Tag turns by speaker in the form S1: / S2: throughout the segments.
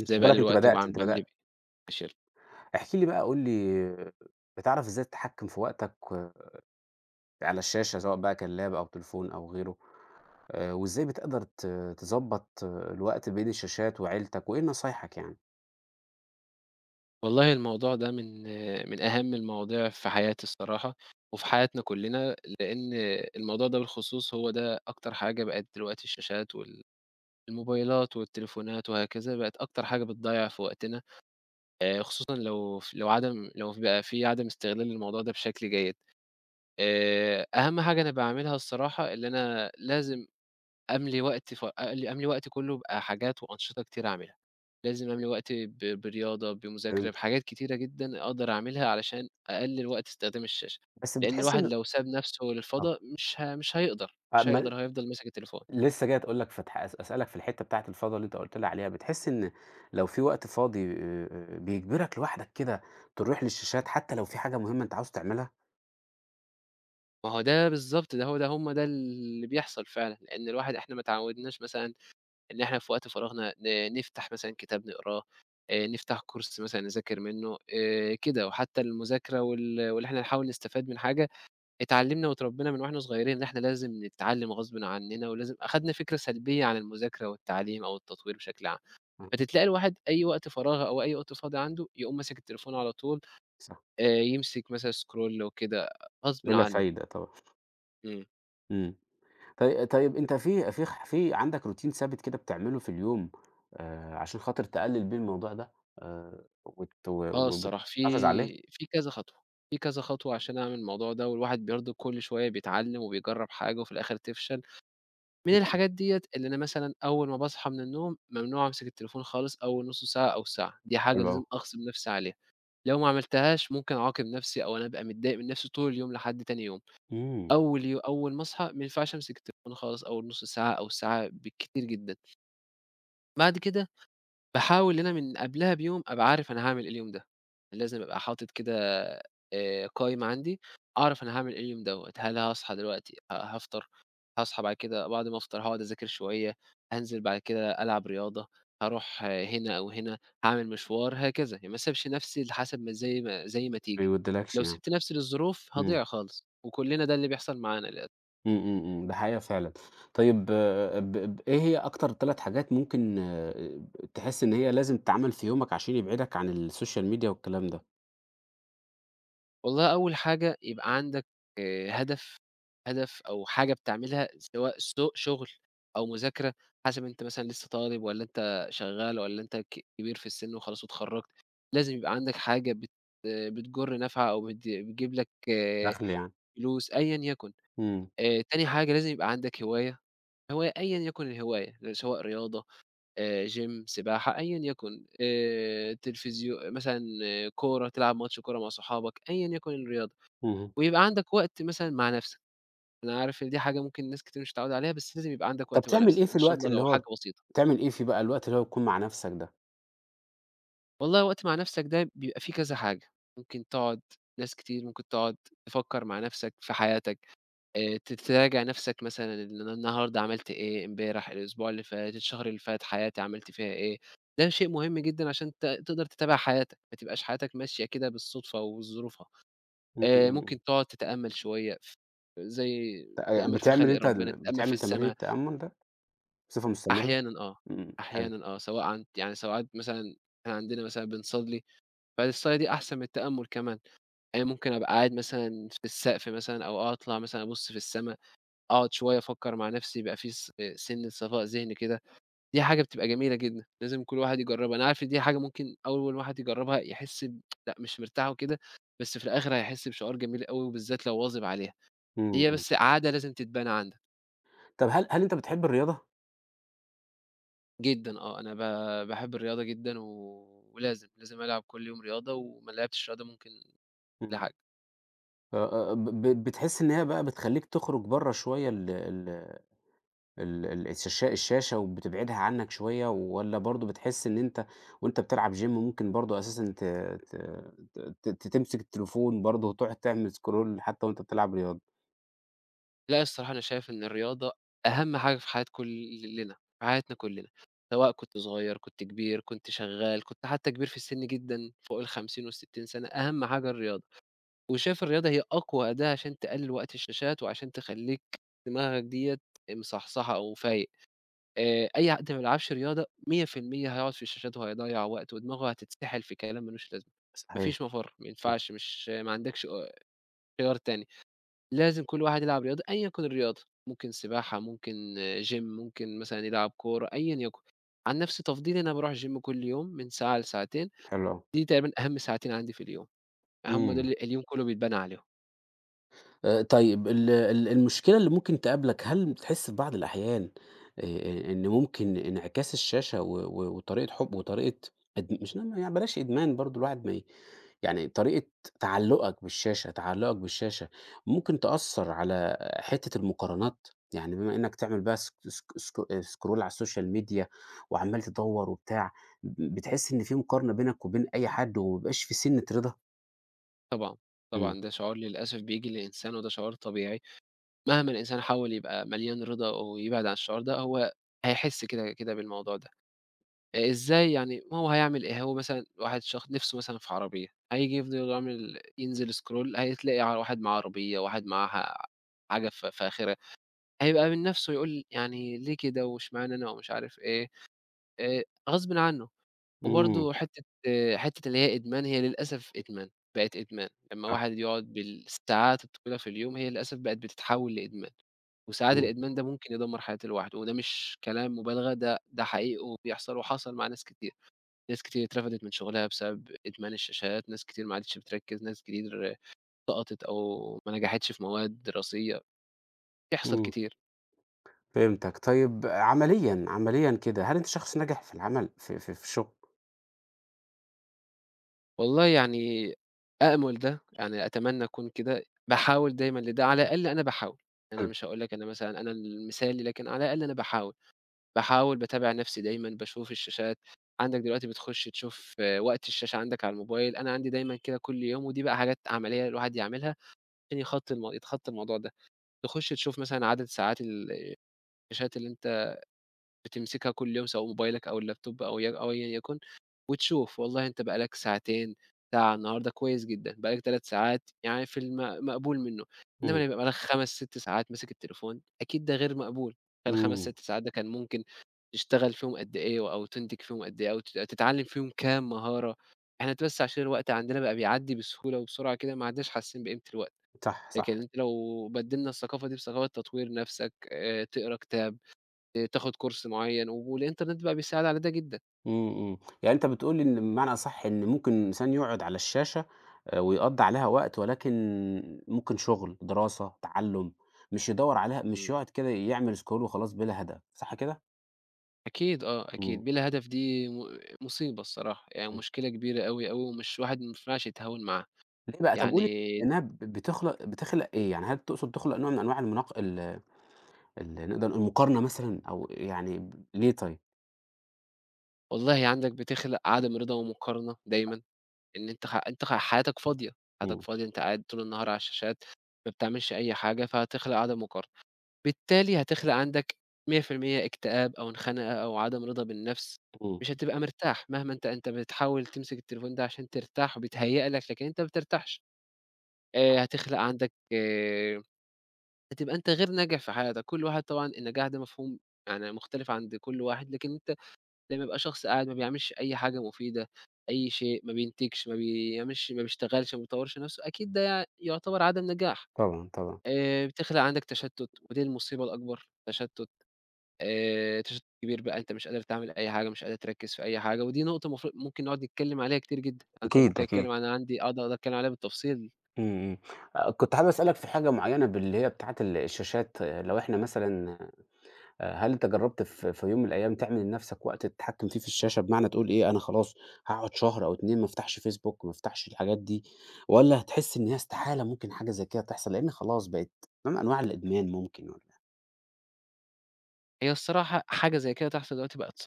S1: أنتِ خُدي بالِك،
S2: باقلِّل
S1: أنتِ
S2: وقتي
S1: بدأتِ،
S2: وباعم
S1: أنتِ
S2: باملي بإيه
S1: بدأتِ.
S2: العشِرة.
S1: احكِ لي بقى، قُل لي بتعرف إزاي تتحكّم في وقتك على الشاشة سواء بقى كان لاب أو تليفون أو غيره، وإزاي بتقدر تضبّط الوقت بين الشاشات وعيلتك وإيه نصايحك يعني؟
S2: والله الموضوع ده من أهَم المواضيع في حياتي الصراحة، وفي حياتنا كُلّنا، لإن الموضوع ده بالخصوص هو ده أكتر حاجة بقت دلوقتي الشاشات وال الموبايلات والتليفونات وهكذا، بقت أكتر حاجة بتضيّع في وقتنا، خصوصًا لو بقى في عدم استغلال للموضوع ده بشكل جيد. أهَم حاجة أنا باعملها الصراحة، اللي أنا لازم أملي وقتي كلّه بحاجات وأنشطة كتير أعملها، لازم أملي وقتي برياضة، بمذاكرة،
S1: فهمت.
S2: بحاجات كتيرة جدًا أقدر أعملها علشان أقلل وقت استخدام الشاشة،
S1: بس
S2: لإن
S1: بتحسّي
S2: الواحد
S1: إن
S2: لو ساب نفسه
S1: آه.
S2: للفضا مش ه مش هيقدر،
S1: آه
S2: مش
S1: ما
S2: هيقدر هو هيفضل ماسك التليفون.
S1: لسّه جاي أقول لك فتح أس أسألك في الحتّة بتاعة الفضا اللي أنت قُلت لي عليها، بتحس إن لو في وقت فاضي بيجبرك لوحدك كده تروح للشاشات حتّى لو في حاجة مهمة أنت عاوز تعملها؟
S2: ما هو ده بالضبط ده هو ده هم ده اللي بيحصل فعلًا، لإن الواحد إحنا ما اتعودناش مثلًا إن إحنا في وقت فراغنا نفتح مثلًا كتاب نقراه، نفتح كورس مثلًا نذاكر منه، كده، وحتى المذاكرة واللي إحنا نحاول نستفاد من حاجة اتعلّمنا واتربّينا من وإحنا صغيّرين إن إحنا لازم نتعلّم غصبٍ عنّنا، ولازم أخدنا فكرة سلبية عن المذاكرة والتعليم أو التطوير بشكل عام،
S1: إمم،
S2: فتتلاقي الواحد أي وقت فراغ أو أي وقت فاضي عنده، يقوم ماسك التليفون على طول،
S1: صح.
S2: يمسك مثلًا scroll وكده غصبٍ
S1: بلا
S2: عنّه.
S1: فايدة طبعًا.
S2: إمم.
S1: إمم. طيب أنت في في خ في عندك روتين ثابت كده بتعمله في اليوم، عشان خاطر تقلل بيه الموضوع ده، وت
S2: آه الصراحة
S1: وبتحافظ عليه؟
S2: في كذا خطوة، في كذا خطوة عشان أعمل الموضوع ده، والواحد برضه كل شوية بيتعلّم وبيجرّب حاجة وفي الآخِر تفشل. من
S1: إمم، إمم،
S2: الحاجات ديّة اللي أنا مثلًا أول ما باصحى من النوم، ممنوع أمسك التليفون خالص أول نُص ساعة أو ساعة، دي حاجة
S1: حلو أوي.
S2: لازم أغصب نَفْسي عليها. لو ما عملتهاش ممكن أعاقب نفسي أو أنا أبقى متضايق من نفسي طول اليوم لحد تاني يوم.
S1: إمم،
S2: أول ما أصحى ما ينفعش أمسك التليفون خالص أول نُص ساعة أو ساعة بالكتير جدًا. بعد كده باحاول إن أنا من قبلها بيوم أبقى عارف أنا هاعمل إيه اليوم ده، لازم أبقى حاطط كده قايمة عندي، أعرف أنا هاعمل إيه اليوم دوّة، هل هاصحى دلوقتي هافطر، هاصحى بعد كده بعد ما أفطر هاقعد أذاكر شوية، هانزل بعد كده ألعب رياضة، هاروح هنا أو هنا، هاعمل مشوار، هكذا، يعني ما اسيبش نفسي لحسب ما زي ما
S1: ما
S2: تيجي.
S1: يوديلكش
S2: لو
S1: يعني.
S2: سِبت نفسي للظروف
S1: إمم،
S2: هاضيع خالص، وكلنا ده اللي بيحصل معانا للأسف.
S1: إمم، إمم، إمم، ده حقيقة فعلًا. طيب آه، ب ب إيه هي أكتر 3 حاجات ممكن، تحس إن هي لازم تتعمل في يومك عشان يبعدك عن السوشيال ميديا والكلام ده؟
S2: والله أول حاجة يبقى عندك هدف، هدف أو حاجة بتعملها سواء شغل أو مذاكرة، حسب أنت مثلًا لسه طالب والّا أنت شغّال والّا أنت كبير في السِن وخلاص واتخرّجت، لازم يبقى عندك حاجة بت آه، بتجُر نافعة أو بتجيب لك آه،
S1: دخل يعني.
S2: فلوس أيًا يكن.
S1: إمم،
S2: تاني حاجة لازم يبقى عندك هواية، هواية أيًا يكن الهواية، سواء رياضة، gym سباحة، أيًا يكن، تلفزيو مثلًا آه، كورة، تلعب ماتش كورة مع صحابك، أيًا يكن الرياضة.
S1: اهم.
S2: ويبقى عندك وقت مثلًا مع نَفْسك، أنا عارف إن دي حاجة ممكن ناس كتير مش متعوّدة عليها، بس لازم يبقى عندك
S1: طب
S2: وقت مع
S1: تعمل
S2: نَفْسك،
S1: إيه في
S2: إن شاء
S1: الوقت
S2: الله
S1: اللي
S2: لو حاجة
S1: هو
S2: بسيطة.
S1: بتعمل إيه فيه بقى الوقت اللي هو بتكون مع نفسك ده؟
S2: والله وقت مع نَفْسك ده بيبقى فيه كذا حاجة، ممكن تقعد ناس كتير ممكن تقعد تفكّر مع نَفْسك في حياتك، ت تراجع نَفْسك مثلًا إن أنا النهارده عملت إيه، امبارح، الأسبوع اللي فات، الشهر اللي فات، حياتي عملت فيها إيه، ده شيء مهم جدًا عشان تقدر تتابع حياتك، ما تبقاش حياتك ماشية كده بالصُدفة وظروفها.
S1: إمم، إمم، إمم.
S2: ممكن تقعد تتأمّل شوية ف زي تتأمّل في
S1: بتعمل
S2: خلق
S1: أنت
S2: ربنا، تتأمّل في
S1: بتعمل تمارين
S2: السما.
S1: التأمل ده بصفة مستمرة؟
S2: أحيانًا آه،
S1: إمم، حلو،
S2: أحيانًا آه، سواء عن يعني ساعات مثلًا إحنا عندنا مثلًا بنصلّي، فالصلاة دي أحسن من التأمُّل كمان، يعني ممكن أبقى قاعد مثلًا في السقف مثلًا أو آه، أطلع مثلًا أبُص في السما، أقعد شوية أفكّر مع نَفْسي، يبقى في سِنّة صفاء ذهن كده، دي حاجة بتبقى جميلة جدًا، لازم كل واحد يجرّبها. أنا عارف إن دي حاجة ممكن أول واحد يجرّبها يحس ب لأ مش مرتاح وكده، بس في الآخِر هيحس بشعور جميل أوي وبالذات لو واظب عليها،
S1: إمم،
S2: هي
S1: إمم.
S2: بس عادة لازم تتبنى عندك.
S1: طب هل أنت بتحب الرياضة؟
S2: جدًا آه، أنا باحب الرياضة جدًا ولازم ألعب كل يوم رياضة وما لعبتش رياضة ممكن لا
S1: إمم،
S2: حاجة.
S1: آآ، ب ب بتحس إن هي بقى بتخلّيك تخرج برّه شوية ال ال ال ال الشاشة وبتبعدها عنك شوية، والّا برضه بتحس إن أنت وأنت بتلعب Gym ممكن برضه أساسًا ت ت ت ت ت تمسك التليفون برضه وتقعد تعمل scroll حتى وأنت بتلعب رياضة؟
S2: لأ الصراحة أنا شايف إن الرياضة أهم حاجة في حياة كلّنا، في حياتنا كلّنا، سواء كنت صغير، كنت كبير، كنت شغّال، كنت حتى كبير في السِن جدًا فوق ال50 وال60 سَنة، أهم حاجة الرياضة. وشايف الرياضة هي أقوى أداة عشان تقلِّل وقت الشاشات وعشان تخلّيك دماغك ديّة مصحصحة أو فايق. أي حد ما بيلعبش رياضة 100% هيقعد في الشاشات وهيضيّع وقته ودماغه هتتسحل في كلام ما لوش لازمة، ما
S1: صحيح،
S2: فيش مفر، ما
S1: إمم،
S2: ينفعش مش ما عندكش خيار تاني، لازم كل واحد يلعب رياضة أيًا يكن الرياضة، ممكن سباحة، ممكن gym ممكن مثلًا يلعب كورة، أيًا يكن. عن نفسي تفضيلي أنا باروح gym كل يوم من ساعة لساعتين،
S1: حلو أوي.
S2: دي تقريبًا أهم ساعتين عندي في اليوم، هم
S1: إمم.
S2: دول اليوم كله بيتبنى عليهم.
S1: طيب ال ال المشكلة اللي ممكن تقابلك، هل بتحس في بعض الأحيان، إن ممكن انعكاس الشاشة و و وطريقة حُب وطريقة أد مش ن يعني بلاش إدمان برضه الواحد ما ي يعني طريقة تعلُّقك بالشاشة ممكن تأثّر على حتّة المقارنات؟ يعني بما إنّك تعمل بقى سك سك سك scroll على السوشيال ميديا وعمّال تدوّر وبتاع، بتحس إن في مقارنة بينك وبين أي حد وما بيبقاش في سِنّة رضا؟
S2: طبعًا،
S1: إمم.
S2: طبعًا ده شعور للأسف بييجي للإنسان وده شعور طبيعي. مهما الإنسان حاول يبقى مليان رضا ويبعد عن الشعور ده، هو هيحس كده كده بالموضوع ده. إزاي يعني ما هو هيعمل إيه؟ هو مثلًا واحد نِفْسه مثلًا في عربية، هييجي يفضل عامل ينزل scroll هتلاقي ع واحد معاه عربية، واحد معاه حاجة فاخرة، هيبقى من نَفْسه يقول يعني ليه كده واشمعنى أنا ومش عارف إيه، آآ غصبٍ عنّه.
S1: إمم.
S2: وبرضه حتّة اللي هي إدمان، هي للأسف إدمان، بقت إدمان، لمّا
S1: صح.
S2: واحد يقعد بالساعات الطويلة في اليوم، هي للأسف بقت بتتحول لإدمان، وساعات
S1: إمم.
S2: الإدمان ده ممكن يدمّر حياة الواحد، وده مش كلام مبالغة، ده حقيقي وبيحصل وحصل مع ناس كتير، ناس كتير اترفدت من شغلها بسبب إدمان الشاشات، ناس كتير ما عادتش بتركّز، ناس كتير سقطت أو ما نجحتش في مواد دراسية، بيحصل
S1: إمم.
S2: كتير.
S1: فهمتك، طيب عمليًا، عمليًا كده، هل أنت شخص ناجح في العمل في في في الشغل؟
S2: والله يعني أأمُل ده، يعني أتمنّى أكون كده، باحاول دايمًا لده، على الأقل أنا باحاول، يعني أنا مش هاقول لك أنا مثلًا أنا المثالي، لكن على الأقل أنا باحاول، باحاول باتابع نَفْسي دايمًا، باشوف الشاشات، عندك دلوقتي بتخُش تشوف آه، وقت الشاشة عندك على الموبايل، أنا عندي دايمًا كده كل يوم ودي بقى حاجات عمليّة الواحد يعملها عشان يخطّي الم يتخطّى الموضوع ده، تخُش تشوف مثلًا عدد ساعات الشاشات اللي أنت بتمسكها كل يوم سواء موبايلك أو اللابتوب أو أيًا يكن، وتشوف والله أنت بقى لك ساعتين، ساعة النهارده كويس جدًا، بقى لك 3 ساعات يعني في مقبول منه، إنما
S1: إمم،
S2: لمّا يبقى لك 5، 6 ساعات ماسك التليفون أكيد ده غير مقبول، ال5،
S1: إمم،
S2: 6 ساعات ده كان ممكن تشتغل فيهم قد إيه أو تنتج فيهم قد إيه أو تتعلم فيهم كام مهارة، إحنا بس عشان الوقت عندنا بقى بيعدي بسهولة وبسرعة كده ما عدناش حاسين بقيمة الوقت،
S1: صح، صح،
S2: لكن أنت لو بدلنا الثقافة دي بثقافة تطوير نفسك، تقرا كتاب، تاخد كورس معيّن، والإنترنت بقى بيساعد على ده جدًا.
S1: إمم، إمم، يعني أنت بتقول لي إن بمعنى أصح إن ممكن إنسان يقعد على الشاشة، ويقضّي عليها وقت ولكن ممكن شغل، دراسة، تعلُّم، مش يدوّر عليها مش
S2: إمم.
S1: يقعد كده يعمل scroll وخلاص بلا هدف، صح كده؟
S2: أكيد آه، أكيد
S1: إمم،
S2: بلا هدف دي مصيبة الصراحة، يعني
S1: إمم،
S2: مشكلة كبيرة أوي، أوي، ومش الواحد ما ينفعش يتهاون معاها.
S1: ليه بقى؟ طب قُل لي
S2: يعني
S1: لإنها بتخلق إيه؟ يعني هل تقصد تخلق نوع من أنواع المناق ال ال نقدر نقول المقارنة مثلًا أو يعني ليه طيب؟
S2: والله عندك بتخلق عدم رضا ومقارنة دايمًا، إن أنت حياتك فاضية، حياتك
S1: إمم.
S2: فاضية، أنت قاعد طول النهار على الشاشات، ما بتعملش أي حاجة، فهتخلق عدم مقارنة. بالتالي هتخلق عندك 100% اكتئاب أو خنقة أو عدم رضا بالنفس،
S1: إمم.
S2: مش هتبقى مرتاح مهما أنت بتحاول تمسك التليفون ده عشان ترتاح وبيتهيأ لك لكن أنت ما بترتاحش، هتخلق عندك هتبقى أنت غير ناجح في حياتك، كل واحد طبعًا النجاح ده مفهوم يعني مختلف عند كل واحد، لكن أنت لمّا يبقى شخص قاعد ما بيعملش أي حاجة مفيدة، أي شيء، ما بينتجش، ما بيعملش ما بيشتغلش، ما بيطورش نفسه، أكيد ده يعتبر عدم نجاح.
S1: طبعًا، طبعًا.
S2: بتخلق عندك تشتت ودي المصيبة الأكبر، تشتت. تشتت كبير بقى، أنت مش قادر تعمل أي حاجة، مش قادر تركّز في أي حاجة، ودي نقطة المفروض ممكن نقعد نتكلّم عليها كتير جدًا، أنت
S1: أكيد،
S2: ممكن
S1: أكيد.
S2: أتكلّم أنا عندي أقعد أتكلّم عليها بالتفصيل.
S1: إمم، إمم. كنت حابب أسألك في حاجة معيّنة باللي هي بتاعة الشاشات آه، لو إحنا مثلًا، هل أنت جرّبت في في يوم من الأيام تعمل لنَفْسك وقت تتحكّم فيه في الشاشة، بمعنى تقول إيه، أنا خلاص هاقعد شهر أو 2 ما أفتحش فيسبوك، ما أفتحش الحاجات دي، والّا هتحس إن هي استحالة ممكن حاجة زي كده تحصل، لإن خلاص بقت نوع من أنواع الإدمان ممكن والّا؟
S2: هي الصراحة حاجة زي كده تحصل دلوقتي بقت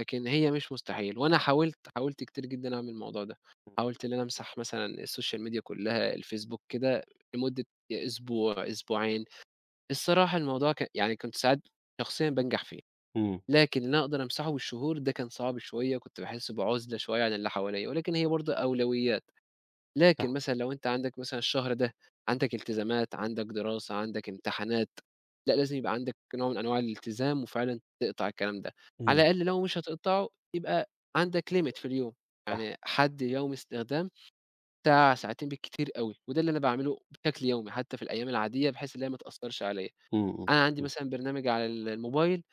S2: لكن هي مش مستحيل، وأنا حاولت، حاولت كتير جدًا أعمل الموضوع ده، حاولت إن أنا أمسح مثلًا الsocial media كلّها، الفيسبوك كده لمدة أسبوع، أسبوعين، الصراحة الموضوع يعني كنت ساعات شخصيًا بانجح فيه،
S1: إمم،
S2: لكن إن أنا أقدر أمسحه بالشهور ده كان صعب شوية، كنت باحس بعُزلة شوية عن اللي حواليّا، ولكن هي برضه أولويات. لكن
S1: صح.
S2: مثلًا لو أنت عندك مثلًا الشهر ده عندك التزامات، عندك دراسة، عندك امتحانات، لأ لازم يبقى عندك نوع من أنواع الالتزام وفعلًا تقطع الكلام ده، على
S1: إمم،
S2: الأقل لو مش هتقطعه يبقى عندك limit في اليوم،
S1: صح.
S2: يعني حد يومي استخدام ساعة، ساعتين بالكتير أوي، وده اللي أنا باعمله بشكل يومي حتى في الأيام العادية بحيث إن هي ما تأثّرش عليَّ.
S1: إمم، إمم،
S2: أنا عندي
S1: إمم.
S2: مثلًا برنامج على الموبايل،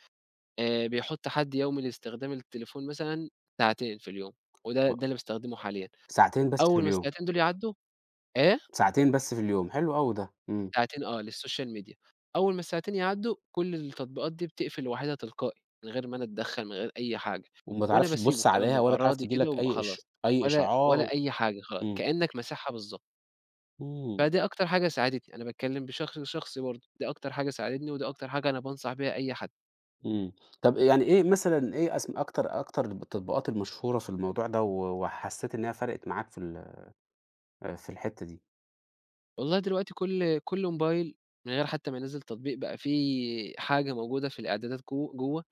S2: بيحط حد يومي لاستخدام التليفون مثلًا ساعتين في اليوم، وده
S1: و
S2: ده اللي باستخدمه حاليًا،
S1: ساعتين بس في
S2: أول ما
S1: اليوم،
S2: الساعتين دول يعدّوا إيه؟
S1: ساعتين بس في اليوم، حلو أوي ده. إمم.
S2: ساعتين آه، للسوشيال ميديا، أول ما الساعتين يعدّوا كل التطبيقات دي بتقفل لوحدها تلقائي، من غير ما أنا أتدخّل، من غير أي حاجة،
S1: وما
S2: وأنا
S1: تعرفش
S2: باسيبه
S1: تبُص
S2: تمام،
S1: عليها ولا
S2: بابقى
S1: تعرف
S2: راضي
S1: تيجي
S2: كده
S1: لك
S2: وبابقى خلاص،
S1: أي
S2: ولا
S1: إشعار؟
S2: ولا أي حاجة خلاص،
S1: إمم،
S2: كإنّك مسحها بالضبط،
S1: إمم،
S2: فدي أكتر حاجة ساعدتني، أنا باتكلّم بشكل شخصي برضه، دي أكتر حاجة ساعدتني، ودي أكتر حاجة أنا بانصح بيها أي حد.
S1: إمم. طب يعني إيه مثلًا إيه أسم أكتر التطبيقات المشهورة في الموضوع ده وحسّيت إنها فرقت معاك في ال في الحتّة دي؟
S2: والله دلوقتي كل موبايل من غير حتى ما ينزّل تطبيق بقى فيه حاجة موجودة في الإعدادات جوّه،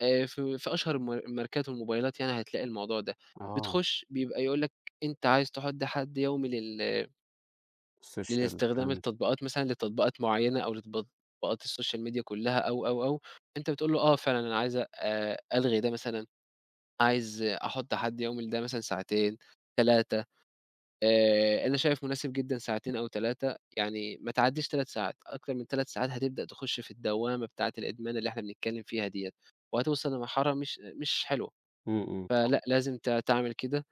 S2: في أشهر الماركات والموبايلات يعني هتلاقي الموضوع ده،
S1: آه،
S2: بتخش بيبقى يقول لك أنت عايز تحُط حد يومي
S1: السوشيال
S2: للاستخدام
S1: والكلام ده.
S2: التطبيقات مثلًا لتطبيقات معيّنة أو لتطبيقات السوشيال ميديا كلّها أو، أو، أو، أنت بتقول له آه فعلًا أنا عايز ألغي ده مثلًا، عايز أحُط حد يومي لده مثلًا ساعتين، 3. أنا شايف مناسب جدًا ساعتين أو 3 يعني ما تعدّيش 3 ساعات، أكتر من 3 ساعات هتبدأ تخش في الدوّامة بتاعة الإدمان اللي إحنا بنتكلّم فيها ديّة، وهتوصل لمرحلة مش مش حلوة.
S1: إمم، إمم، صح.
S2: فلأ، لازم تعمل كده،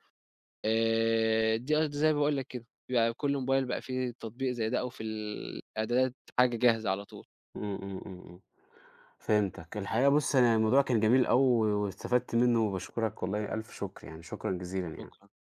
S2: دي قصد زي ما باقول لك كده، بيبقى كل موبايل بقى فيه تطبيق زي ده أو في الإعدادات حاجة جاهزة على طول.
S1: إمم، إمم، إمم، إمم. فهمتك. الحقيقة بُص، أنا الموضوع كان جميل أوي واستفدت منّه وباشكرك والله ألف شكر يعني، شكرًا جزيلًا يعني.
S2: شكرًا، شكرًا.